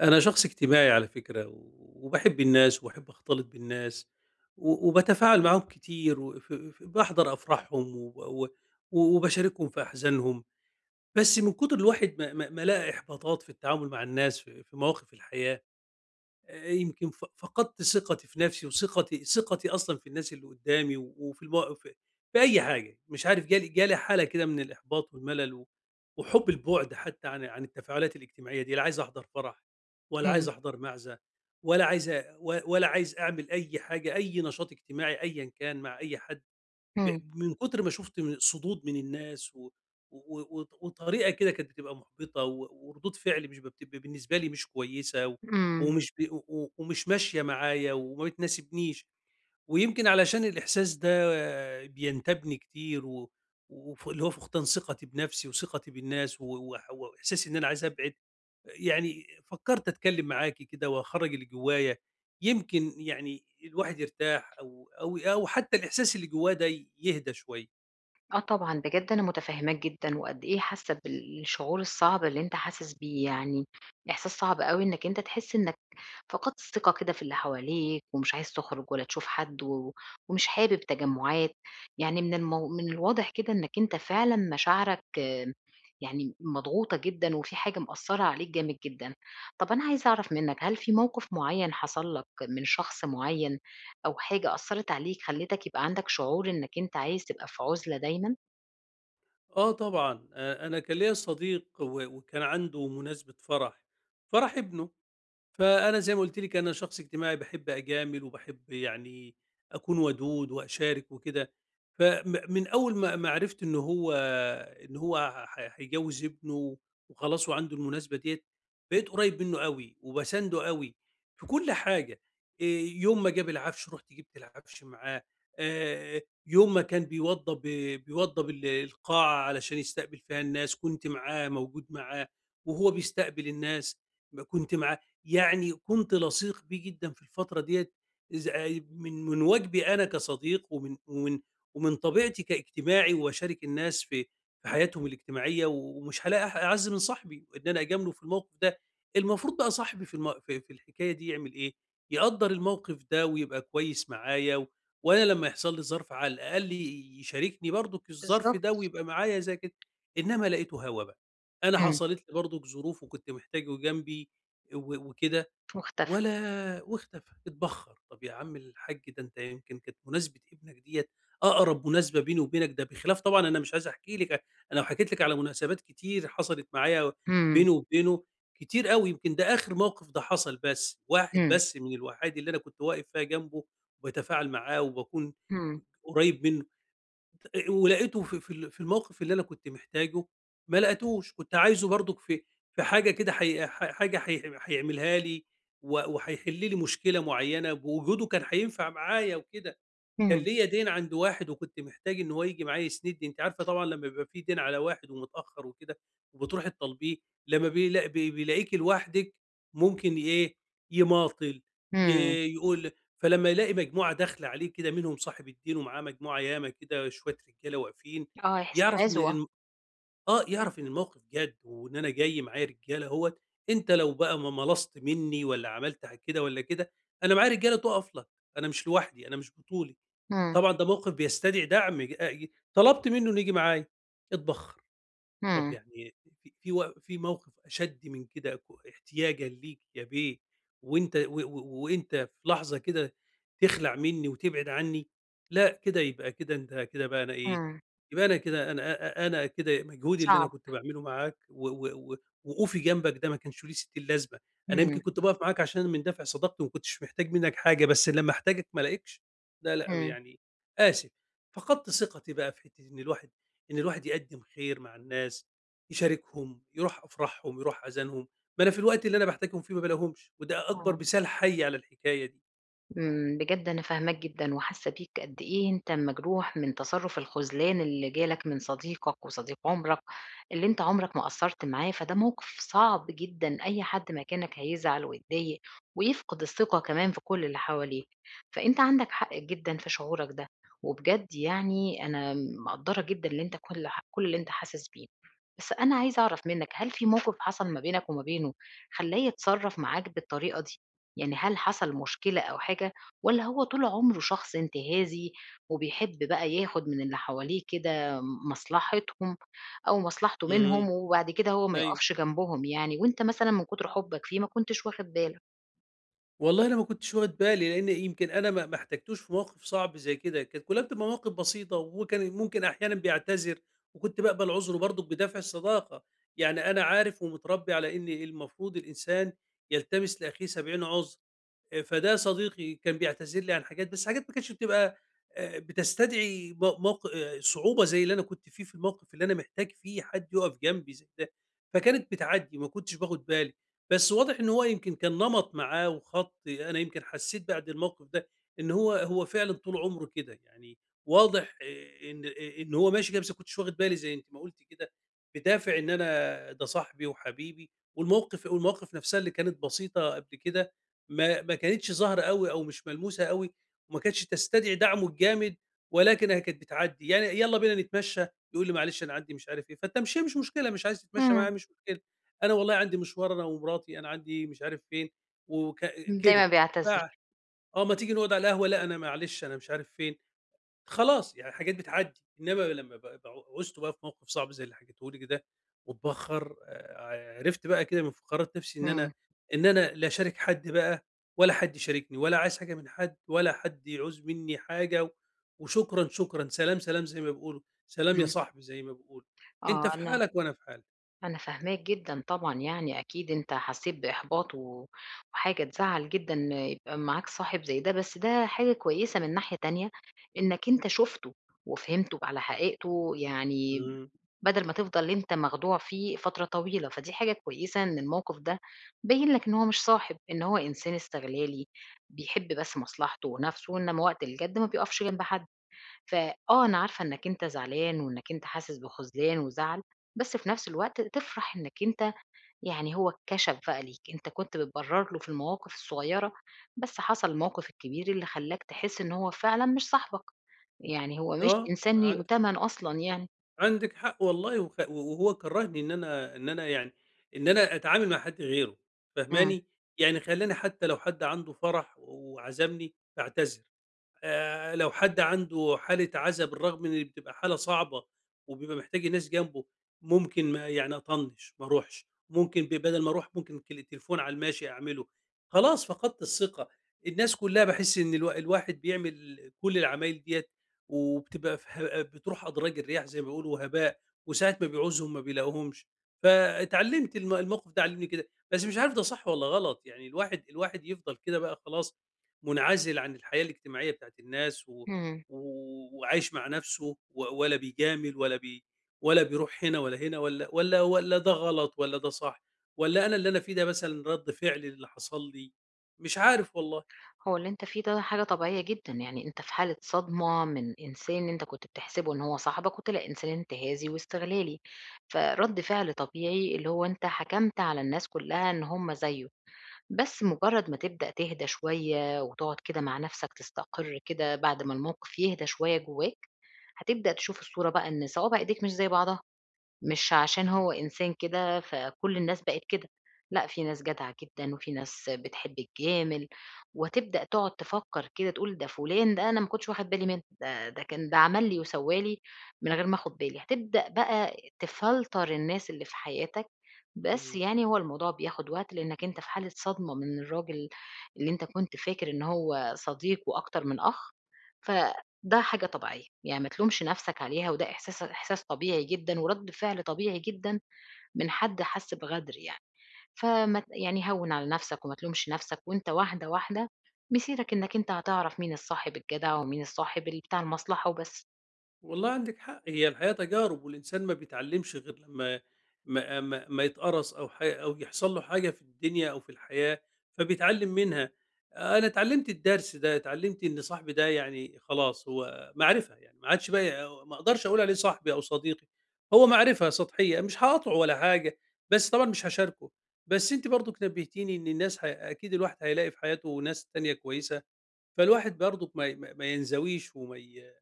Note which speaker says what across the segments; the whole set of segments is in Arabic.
Speaker 1: أنا شخص اجتماعي على فكرة، وباحب الناس وباحب أختلط بالناس، و وباتفاعل معاهم كتير، وف ف باحضر أفراحهم وب و وباشاركهم في أحزانهم، بس من كتر الواحد ما لقى إحباطات في التعامل مع الناس في في مواقف الحياة. يمكن فقدت ثقتي في نفسي وثقتي أصلًا في الناس اللي قدّامي و وفي المو في في أي حاجة، مش عارف جالي حالة كده من الإحباط والملل و وحُب البُعد حتى عن التفاعلات الاجتماعية دي، لا عايز أحضر فرح ولا عايز
Speaker 2: إمم،
Speaker 1: أحضر معزة، ولا عايز أعمل أي حاجة، أي نشاط اجتماعي أيًا كان مع أي حد. ب
Speaker 2: إمم،
Speaker 1: من كتر ما شُفت صدود من الناس و وطريقة كده كانت بتبقى محبطة و وردود فعل مش ب بتبقى بالنسبة لي مش كويسة و
Speaker 2: إمم.
Speaker 1: ومش ب و و ومش ماشية معايا وما بتناسبنيش. ويمكن علشان الإحساس ده بينتابني كتير و اللي هو فقدان ثقتي بنفسي وثقتي بالناس و وإحساسي إن أنا عايز أبعد. يعني فكرت أتكلّم معاكِ كده وأخرّج اللي جوايا، يمكن يعني الواحد يرتاح أو حتى الإحساس اللي جواه ده يهدى شوية.
Speaker 2: آه طبعًا، بجد أنا متفهّماك جدًا وقد إيه حاسة بالشعور الصعب اللي أنت حاسس بيه، يعني إحساس صعب أوي إنّك أنت تحس إنّك فقدت الثقة كده في اللي حواليك ومش عايز تخرج ولا تشوف حد و ومش حابب تجمُّعات، يعني من الواضح كده إنّك أنت فعلًا مشاعرك آه، يعني مضغوطة جدًا وفي حاجة مأثّرة عليك جامد جدًا. طَب أنا عايزة أعرف منّك، هل في موقِف معيّن حصل لك من شخص معيّن أو حاجة أثّرت عليك خلّتك يبقى عندك شعور إنّك أنت عايز تبقى في عُزلة دايمًا؟
Speaker 1: آه طبعًا، أنا كان ليّا صديق و وكان عنده مناسبة فرح، فرح ابنه، فأنا زي ما قُلت لِك أنا شخص اجتماعي باحب أجامل وباحب يعني أكون ودود وأشارك وكده، فم من أول ما عرفت إن هو هيجوّز ابنه وخلاص وعنده المناسبة ديّة، بقيت قريّب منّه أوي وباسانده أوي في كل حاجة. آآ يوم ما جاب العفش رُحت جبت العفش معاه. آآ يوم ما كان بيوضّب القاعة علشان يستقبل فيها الناس، كنت معاه موجود معاه، وهو بيستقبل الناس كنت معاه، يعني كنت لصيق بيه جدًا في الفترة ديّة، إذ من واجبي أنا كصديق ومن طبيعتي كاجتماعي واشارك الناس في في حياتهم الاجتماعية ومش هالاقي أعز من صاحبي إن أنا أجامله في الموقف ده. المفروض بقى صاحبي في الم في في الحكاية دي يعمل إيه؟ يقدّر الموقف ده ويبقى كويس معايا، و وأنا لمّا يحصل لي ظرف على الأقل يشاركني برضُك الظرف ده
Speaker 2: بالضبط.
Speaker 1: ويبقى معايا زي كده، إنما لقيته هوا بقى. أنا
Speaker 2: إمم،
Speaker 1: حصلت لي برضُك ظروف وكنت محتاجه جنبي و وكده،
Speaker 2: مختفى.
Speaker 1: ولا واختفى، اتبخّر. طَب يا عم الحاج ده أنت يمكن كانت مناسبة ابنك ديّة أقرب مناسبة بيني وبينك، ده بخلاف طبعًا أنا مش عايز أحكي لِك، أنا لو حكيت لِك على مناسبات كتير حصلت معايا
Speaker 2: إمم،
Speaker 1: بيني وبينه كتير أوي، يمكن ده آخر موقف ده حصل بس، واحد
Speaker 2: إمم،
Speaker 1: بس من الوحايد اللي أنا كنت واقف فيها جنبه وباتفاعل معاه وباكون
Speaker 2: إمم،
Speaker 1: قريب منه. ولقيته في في ال في الموقف اللي أنا كنت محتاجه، ما لقيتوش، كنت عايزه برضك في في حاجة كده حي ح حاجة هيعملها لي و وهيحل لي مشكلة معينة، بوجوده كان هينفع معايا وكده. كان
Speaker 2: إمم،
Speaker 1: ليّا دَيِن عند واحد وكنت محتاج إن هو ييجي معايا يسندني، أنتِ عارفة طبعًا لمّا بيبقى في دَيِن على واحد ومتأخّر وكده وبتروحي تطالبيه، لمّا بيلاقيكِ لوحدِك ممكن إيه، يماطل، ي
Speaker 2: إمم.
Speaker 1: يقول. فلمّا يلاقي مجموعة داخلة عليه كده منهم صاحب الدين ومعاه مجموعة ياما كده شوية رجالة واقفين،
Speaker 2: آه، إحساس
Speaker 1: يعرف إن
Speaker 2: بعزوة.
Speaker 1: إن آه، يعرف إن الموقف جَد وإن أنا جاي معايا رجالة أهوّة، أنت لو بقى ما ملصت منّي والّا عملت كده والّا كده، أنا معايا رجالة تُقف لك، أنا مش لوحدي، أنا مش بطولي.
Speaker 2: إمم،
Speaker 1: طبعًا ده موقف بيستدعي دعم ج ي طلبت منه إنه ييجي معايا، اطبخ. طب
Speaker 2: إمم،
Speaker 1: يعني في في و في موقف أشَد من كده احتياجًا ليك يا بيه وأنت و و وأنت في لحظة كده تخلع منّي وتبعد عني؟ لأ، كده يبقى كده أنت كده بقى أنا إيه،
Speaker 2: إمم.
Speaker 1: يبقى أنا كده أنا أ أ أنا كده مجهودي اللي أنا
Speaker 2: صعب،
Speaker 1: كنت باعمله معاك و و و وقوفي جنبك ده ما كانش ليه ستين لازمة، أنا يمكن
Speaker 2: إمم،
Speaker 1: كنت باقف معاك عشان من دافع صداقتي وما كنتش محتاج منّك حاجة، بس لمّا أحتاجك ما ألاقيكش، لا، لأ،
Speaker 2: إمم،
Speaker 1: يعني آسف. فقدت ثقتي بقى في حتّة إن الواحد يقدّم خير مع الناس، يشاركهم، يروح أفراحهم، يروح عزايمهم، ما أنا في الوقت اللي أنا باحتاجهم فيه ما بالاقيهمش، وده أكبر
Speaker 2: آه.
Speaker 1: مثال حي على الحكاية دي.
Speaker 2: إمم، بجد أنا فاهماك جدًا وحاسة بيك قد إيه أنت مجروح من تصرُّف الخذلان اللي جالك من صديقك وصديق عمرك، اللي أنت عمرك ما قصّرت معاه، فده موقِف صعب جدًا، أي حد مكانك هيزعل ويتضايق ويفقد الثقة كمان في كل اللي حواليه، فأنت عندك حق جدًا في شعورك ده، وبجد يعني أنا مقدّرة جدًا اللي أنت كل اللي أنت حاسس بيه، بس أنا عايزة أعرف منّك هل في موقِف حصل ما بينك وما بينه خلّاه يتصرّف معاك بالطريقة دي؟ يعني هل حصل مشكلة أو حاجة والّا هو طول عمره شخص انتهازي وبيحب بقى ياخد من اللي حواليه كده مصلحتهم أو مصلحته
Speaker 1: إمم،
Speaker 2: منهم وبعد كده هو ما
Speaker 1: أيوه.
Speaker 2: يقفش جنبهم يعني وأنت مثلًا من كتر حُبك فيه ما كنتش واخد بالك؟
Speaker 1: والله أنا ما كنتش واخد بالي، لإن يمكن أنا ما احتجتوش في موقف صعب زي كده، كانت كلها بتبقى مواقف بسيطة، وهو كان ممكن أحيانًا بيعتذر، وكنت باقبل عذره برضه بدافع الصداقة، يعني أنا عارف ومتربي على إن المفروض الإنسان يلتمس لأخيه 70 عذر. فده يا صديقي كان بيعتذر لي عن حاجات، بس حاجات ما كانتش بتبقى بتستدعي م موق صعوبة زي اللي أنا كنت فيه في الموقف اللي أنا محتاج فيه حد يقف جنبي زي ده، فكانت بتعدّي ما كنتش باخد بالي. بس واضح إن هو يمكن كان نمط معاه وخَط، أنا يمكن حسيت بعد الموقف ده إن هو فعلًا طول عمره كده، يعني واضح إن هو ماشي كده بس ما كنتش واخد بالي زي أنتِ ما قُلتِ كده، بدافع إن أنا ده صاحبي وحبيبي، والمواقف نفسها اللي كانت بسيطة قبل كده ما كانتش ظاهرة أوي أو مش ملموسة أوي، وما كانتش تستدعي دعمه الجامد، ولكنها كانت بتعدّي، يعني "يالّا بينا نتمشى." يقول لي: "معلش أنا عندي مش عارف إيه." فالتمشية مش مشكلة، مش عايز تتمشى معايا
Speaker 2: إمم،
Speaker 1: مش مشكلة، "أنا والله عندي مشوار أنا ومراتي، أنا عندي مش عارف فين." وك كده.
Speaker 2: دايمًا
Speaker 1: ف
Speaker 2: بيعتذر.
Speaker 1: آه، "ما تيجي نقعد على القهوة؟" "لأ، أنا معلش أنا مش عارف فين." خلاص، يعني حاجات بتعدّي، إنّما لمّا ب ب عُزت بقى في موقف صعب زي اللي حكيته لِك ده واتبخّر. عرفت بقى كده من فقرات نَفْسي
Speaker 2: إمم،
Speaker 1: إن أنا لا أشارك حد بقى ولا حد يشاركني ولا عايز حاجة من حد ولا حد يعوز منّي حاجة، و وشكرًا، شكرًا، سلام، سلام زي ما بيقولوا، سلام يا
Speaker 2: إمم.
Speaker 1: صاحبي زي ما بيقولوا، أنت
Speaker 2: آه،
Speaker 1: في
Speaker 2: أنا
Speaker 1: حالك وأنا في حالي.
Speaker 2: أنا فاهماك جدًا طبعًا يعني، أكيد أنت حسّيت بإحباط و وحاجة تزعّل جدًا إن يبقى معاك صاحب زي ده، بس ده حاجة كويسة من ناحية تانية إنّك أنت شُفته وفهمته على حقيقته، يعني
Speaker 1: إمم.
Speaker 2: بدل ما تفضل أنت مخدوع فيه فترة طويلة، فدي حاجة كويسة إن الموقف ده بيّن لك إن هو مش صاحب، إن هو إنسان استغلالي بيحب بس مصلحته ونَفْسه، إنّما وقت الجَد ما بيقفش جنب حد. فآه، أنا عارفة إنّك أنت زعلان وإنّك أنت حاسس بخذلان وزعل، بس في نفس الوقت تفرح إنّك أنت يعني هو اتكشف بقى ليك، أنت كنت بتبرّر له في المواقف الصغيّرة، بس حصل الموقف الكبير اللي خلّاك تحس إن هو فعلًا مش صاحبك، يعني هو مش
Speaker 1: آه،
Speaker 2: إنسان يؤتمن أصلًا يعني.
Speaker 1: عندِك حق والله، وخ وهو كرّهني إن أنا يعني إن أنا أتعامل مع حد غيره،
Speaker 2: إمم،
Speaker 1: فاهماني؟ يعني خلّاني حتى لو حد عنده فرح وعزمني باعتذر. لو حد عنده حالة عزا بالرغم من إن بتبقى حالة صعبة وبيبقى محتاج الناس جنبه، ممكن ما يعني أطنّش ما أروحش، ممكن بدل ما أروح ممكن كل التليفون على الماشي أعمله، خلاص فقدت الثقة. الناس كلّها باحس إن الواحد بيعمل كل العمايل ديّة وبتبقى في بتروح أدراج الرياح زي ما بيقولوا هباء، وساعة ما بيعوزهم ما بيلاقوهمش. فاتعلّمت الموقف ده علّمني كده، بس مش عارف ده صح والّا غلط، يعني الواحد يفضل كده بقى خلاص منعزل عن الحياه الاجتماعيه بتاعت الناس، و...
Speaker 2: إمم.
Speaker 1: و- وعايش مع نفسه، و- ولا بيجامل ولا بيروح هنا ولا هنا ولا ده غلط ولا ده صح، ولا انا اللي انا فيه ده مثلا رد فعل اللي حصل لي. مش عارف والله.
Speaker 2: هو اللي أنت فيه ده حاجة طبيعية جدًا، يعني أنت في حالة صدمة من إنسان أنت كنت بتحسبه إن هو صاحبك، وطلع إنسان انتهازي واستغلالي، فرَد فعل طبيعي اللي هو أنت حكمت على الناس كلّها إن هم زيه، بس مجرّد ما تبدأ تهدى شوية وتقعد كده مع نَفْسك تستقر كده بعد ما الموقف يهدى شوية جواك، هتبدأ تشوف الصورة بقى إن صوابع إيديك مش زي بعضها. مش عشان هو إنسان كده فكل الناس بقت كده، لأ في ناس جدعة جدًا، وفي ناس بتحب الجامل، وتبدأ تقعد تفكّر كده تقول ده فلان ده أنا ما كنتش واخد بالي منه، ده ده كان ده عمل لي وسوّى لي من غير ما آخد بالي، هتبدأ بقى تفلتر الناس اللي في حياتك، بس
Speaker 1: مم.
Speaker 2: يعني هو الموضوع بياخد وقت لإنك أنت في حالة صدمة من الراجل اللي أنت كنت فاكر إن هو صديق وأكتر من أخ، ف ده حاجة طبيعية، يعني ما تلومش نَفْسك عليها وده إحساس إحساس طبيعي جدًا ورَد فعل طبيعي جدًا من حد حَس بغدر يعني، فما ت يعني هوِّن على نَفْسك وما تلومش نَفْسك وأنت واحدة، واحدة مسيرك إنك أنت هتعرف مين الصاحب الجدع ومين الصاحب بتاع المصلحة وبس،
Speaker 1: والله عندِك حق، هي الحياة تجارب، والإنسان ما بيتعلّمش غير لمّا ما يتقرص أو يحصل له حاجة في الدنيا أو في الحياة، فبيتعلّم منها. أنا اتعلّمت الدرس ده، اتعلّمت إن صاحبي ده يعني خلاص هو معرفة، يعني ما عادش بقى ما أقدرش أقول عليه صاحبي أو صديقي، هو معرفة سطحية، مش هاقاطعه ولا حاجة، بس طبعًا مش هاشاركه. بس أنتِ برضُك نبّهتيني إن الناس ه أكيد الواحد هيلاقي في حياته ناس تانية كويسة، فالواحد برضُك ما ينزويش وما ي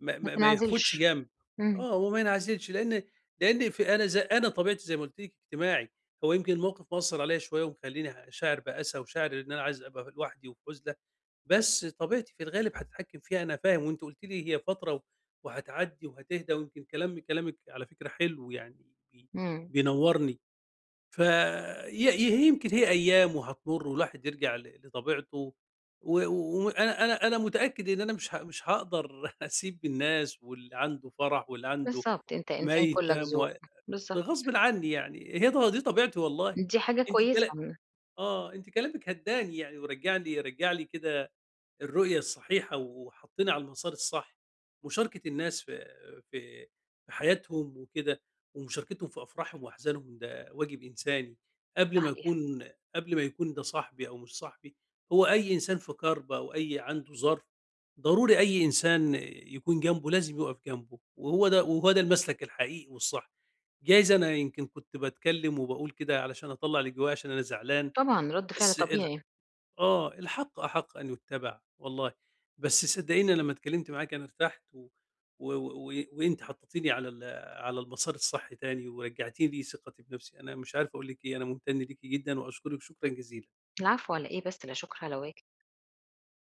Speaker 1: ما
Speaker 2: ما
Speaker 1: ما ما ياخدش
Speaker 2: تنعزلش.
Speaker 1: جنب.
Speaker 2: إمم،
Speaker 1: آه، هو ما ينعزلش، لأن في أنا طبيعتي زي ما قُلت لِك اجتماعي، هو يمكن الموقف مأثّر عليَّ شوية ومخلّيني شاعر بأسى وشاعر إن أنا عايز أبقى لوحدي وفي عُزلة، بس طبيعتي في الغالب هاتحكم فيها أنا فاهم، وأنتِ قُلتِ لي هي فترة وهتعدّي وهتهدى، ويمكن كلام كلامِك على فكرة حلو يعني بي
Speaker 2: إمم،
Speaker 1: بينوّرني. ف ي هي يمكن هي أيام وهتمُر والواحد يرجع لطبيعته، و و وأنا أنا متأكد إن أنا مش هاقدر أسيب الناس واللي عنده فرح واللي عنده
Speaker 2: بالضبط، أنت إنسان كُلّك
Speaker 1: ميتم،
Speaker 2: ذوق، بالضبط،
Speaker 1: غصبٍ عني يعني، هي ط دي طبيعتي والله.
Speaker 2: دي حاجة
Speaker 1: أنتِ
Speaker 2: كويسة،
Speaker 1: كلا آه، أنتِ كلامِك هدّاني يعني رجّع لي كده الرؤية الصحيحة وحطّينا على المسار الصح، مشاركة الناس في في في حياتهم وكده، ومشاركتهم في أفراحهم وأحزانهم ده واجب إنساني، قبل ما
Speaker 2: صحيح،
Speaker 1: يكون قبل ما يكون ده صاحبي أو مش صاحبي، هو أي إنسان في كربة أو أي عنده ظرف، ضروري أي إنسان يكون جنبه لازم يُقف جنبه، وهو ده المسلك الحقيقي والصح. جايز أنا يمكن كنت باتكلم وباقول كده علشان أطلّع اللي جوايا عشان أنا زعلان،
Speaker 2: طبعًا رَد فعل
Speaker 1: بس ال
Speaker 2: طبيعي،
Speaker 1: آه، الحق أحق أن يُتّبع والله، بس صدّقيني أنا لمّا اتكلّمت معاكِ أنا ارتحت، و و و وأنتِ حطّيتيني على على المسار الصح تاني ورجّعتِ لي ثقتي بنَفْسي، أنا مش عارف أقول لِك إيه، أنا ممتن ليكِ جدًا وأشكرِك شكرًا جزيلًا.
Speaker 2: العفو على إيه بس، لا شُكر على واجب.